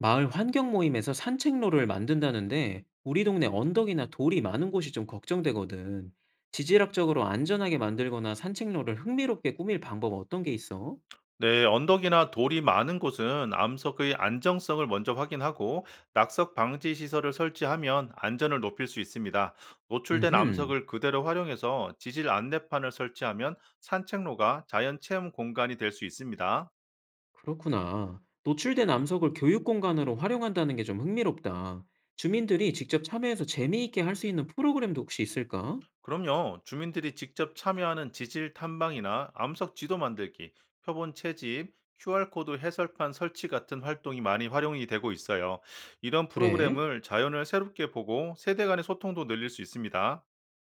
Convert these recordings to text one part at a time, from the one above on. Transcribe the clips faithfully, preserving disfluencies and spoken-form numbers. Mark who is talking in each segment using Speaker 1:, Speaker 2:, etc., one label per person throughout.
Speaker 1: 마을 환경 모임에서 산책로를 만든다는데 우리 동네 언덕이나 돌이 많은 곳이 좀 걱정되거든. 지질학적으로 안전하게 만들거나 산책로를 흥미롭게 꾸밀 방법 어떤 게 있어?
Speaker 2: 네, 언덕이나 돌이 많은 곳은 암석의 안정성을 먼저 확인하고 낙석 방지 시설을 설치하면 안전을 높일 수 있습니다. 노출된
Speaker 1: 음흠,
Speaker 2: 암석을 그대로 활용해서 지질 안내판을 설치하면 산책로가 자연 체험 공간이 될 수 있습니다.
Speaker 1: 그렇구나. 노출된 암석을 교육 공간으로 활용한다는 게 좀 흥미롭다. 주민들이 직접 참여해서 재미있게 할 수 있는 프로그램도 혹시 있을까?
Speaker 2: 그럼요, 주민들이 직접 참여하는 지질 탐방이나 암석 지도 만들기, 표본 채집, 큐알코드 해설판 설치 같은 활동이 많이 활용이 되고 있어요. 이런
Speaker 1: 그래?
Speaker 2: 프로그램을 자연을 새롭게 보고 세대 간의 소통도 늘릴 수 있습니다.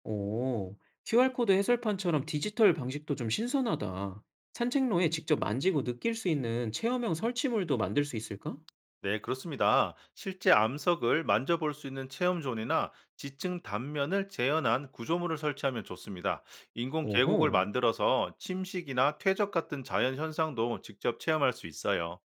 Speaker 1: 오, 큐아르 코드 해설판처럼 디지털 방식도 좀 신선하다. 산책로에 직접 만지고 느낄 수 있는 체험형 설치물도 만들 수 있을까?
Speaker 2: 네, 그렇습니다. 실제 암석을 만져볼 수 있는 체험존이나 지층 단면을 재현한 구조물을 설치하면 좋습니다. 인공 계곡을
Speaker 1: 오호,
Speaker 2: 만들어서 침식이나 퇴적 같은 자연 현상도 직접 체험할 수 있어요.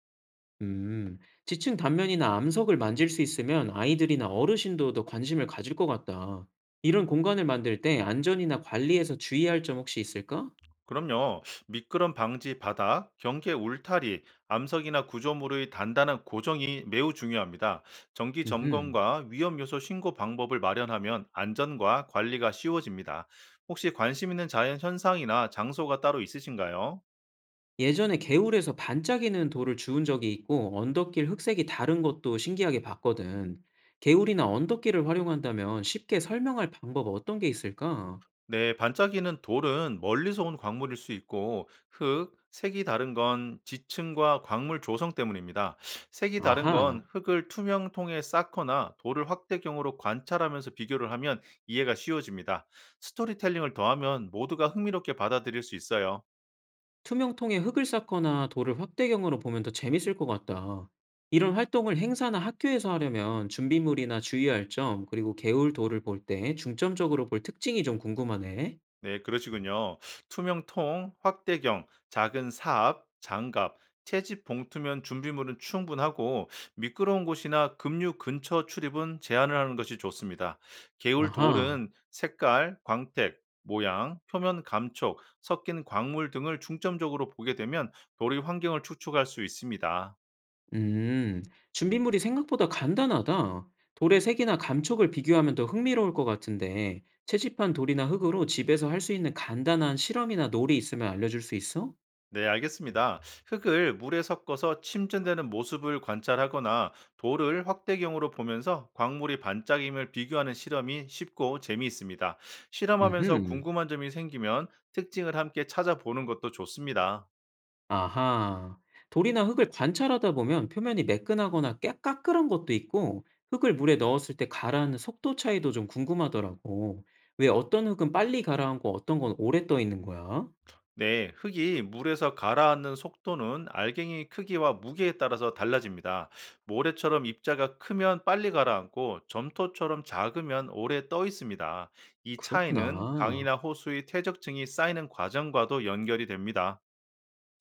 Speaker 1: 음, 지층 단면이나 암석을 만질 수 있으면 아이들이나 어르신도 더 관심을 가질 것 같다. 이런 공간을 만들 때 안전이나 관리에서 주의할 점 혹시 있을까?
Speaker 2: 그럼요. 미끄럼 방지 바닥, 경계 울타리, 암석이나 구조물의 단단한 고정이 매우 중요합니다. 정기
Speaker 1: 음흠.
Speaker 2: 점검과 위험 요소 신고 방법을 마련하면 안전과 관리가 쉬워집니다. 혹시 관심 있는 자연 현상이나 장소가 따로 있으신가요?
Speaker 1: 예전에 개울에서 반짝이는 돌을 주운 적이 있고 언덕길 흑색이 다른 것도 신기하게 봤거든. 개울이나 언덕길을 활용한다면 쉽게 설명할 방법 어떤 게 있을까?
Speaker 2: 네, 반짝이는 돌은 멀리서 온 광물일 수 있고, 흙, 색이 다른 건 지층과 광물 조성 때문입니다. 색이 다른
Speaker 1: 아하,
Speaker 2: 건 흙을 투명통에 쌓거나 돌을 확대경으로 관찰하면서 비교를 하면 이해가 쉬워집니다. 스토리텔링을 더하면 모두가 흥미롭게 받아들일 수 있어요.
Speaker 1: 투명통에 흙을 쌓거나 돌을 확대경으로 보면 더 재밌을 것 같다. 이런 활동을 행사나 학교에서 하려면 준비물이나 주의할 점, 그리고 개울 돌을 볼 때 중점적으로 볼 특징이 좀 궁금하네.
Speaker 2: 네, 그러시군요. 투명통, 확대경, 작은 사압, 장갑, 채집 봉투면 준비물은 충분하고 미끄러운 곳이나 급류 근처 출입은 제한을 하는 것이 좋습니다. 개울
Speaker 1: 아하.
Speaker 2: 돌은 색깔, 광택, 모양, 표면 감촉, 섞인 광물 등을 중점적으로 보게 되면 돌의 환경을 추측할 수 있습니다.
Speaker 1: 음, 준비물이 생각보다 간단하다. 돌의 색이나 감촉을 비교하면 더 흥미로울 것 같은데, 채집한 돌이나 흙으로 집에서 할 수 있는 간단한 실험이나 놀이 있으면 알려줄 수 있어?
Speaker 2: 네, 알겠습니다. 흙을 물에 섞어서 침전되는 모습을 관찰하거나 돌을 확대경으로 보면서 광물이 반짝임을 비교하는 실험이 쉽고 재미있습니다. 실험하면서
Speaker 1: 음흠,
Speaker 2: 궁금한 점이 생기면 특징을 함께 찾아보는 것도 좋습니다.
Speaker 1: 아하. 돌이나 흙을 관찰하다 보면 표면이 매끈하거나 깨- 까끌한 것도 있고, 흙을 물에 넣었을 때 가라앉는 속도 차이도 좀 궁금하더라고. 왜 어떤 흙은 빨리 가라앉고 어떤 건 오래 떠 있는 거야?
Speaker 2: 네, 흙이 물에서 가라앉는 속도는 알갱이 크기와 무게에 따라서 달라집니다. 모래처럼 입자가 크면 빨리 가라앉고 점토처럼 작으면 오래 떠 있습니다. 이 차이는
Speaker 1: 그렇구나.
Speaker 2: 강이나 호수의 퇴적층이 쌓이는 과정과도 연결이 됩니다.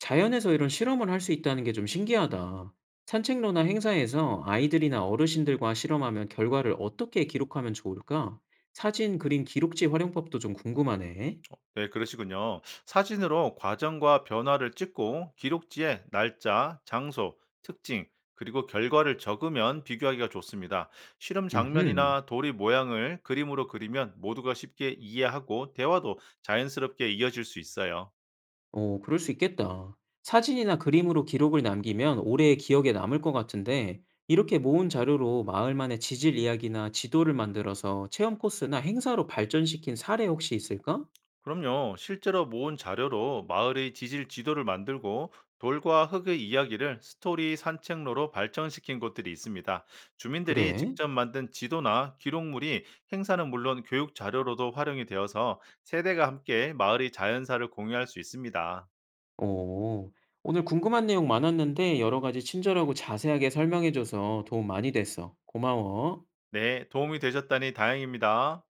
Speaker 1: 자연에서 이런 실험을 할 수 있다는 게 좀 신기하다. 산책로나 행사에서 아이들이나 어르신들과 실험하면 결과를 어떻게 기록하면 좋을까? 사진, 그림, 기록지 활용법도 좀 궁금하네.
Speaker 2: 네, 그러시군요. 사진으로 과정과 변화를 찍고 기록지에 날짜, 장소, 특징, 그리고 결과를 적으면 비교하기가 좋습니다. 실험
Speaker 1: 음흠.
Speaker 2: 장면이나 도리 모양을 그림으로 그리면 모두가 쉽게 이해하고 대화도 자연스럽게 이어질 수 있어요.
Speaker 1: 오, 그럴 수 있겠다. 사진이나 그림으로 기록을 남기면 오래 기억에 남을 것 같은데, 이렇게 모은 자료로 마을만의 지질 이야기나 지도를 만들어서 체험 코스나 행사로 발전시킨 사례 혹시 있을까?
Speaker 2: 그럼요. 실제로 모은 자료로 마을의 지질 지도를 만들고 돌과 흙의 이야기를 스토리 산책로로 발전시킨 곳들이 있습니다. 주민들이
Speaker 1: 그래.
Speaker 2: 직접 만든 지도나 기록물이 행사는 물론 교육 자료로도 활용이 되어서 세대가 함께 마을의 자연사를 공유할 수 있습니다.
Speaker 1: 오 오늘 궁금한 내용 많았는데 여러 가지 친절하고 자세하게 설명해줘서 도움 많이 됐어. 고마워.
Speaker 2: 네, 도움이 되셨다니 다행입니다.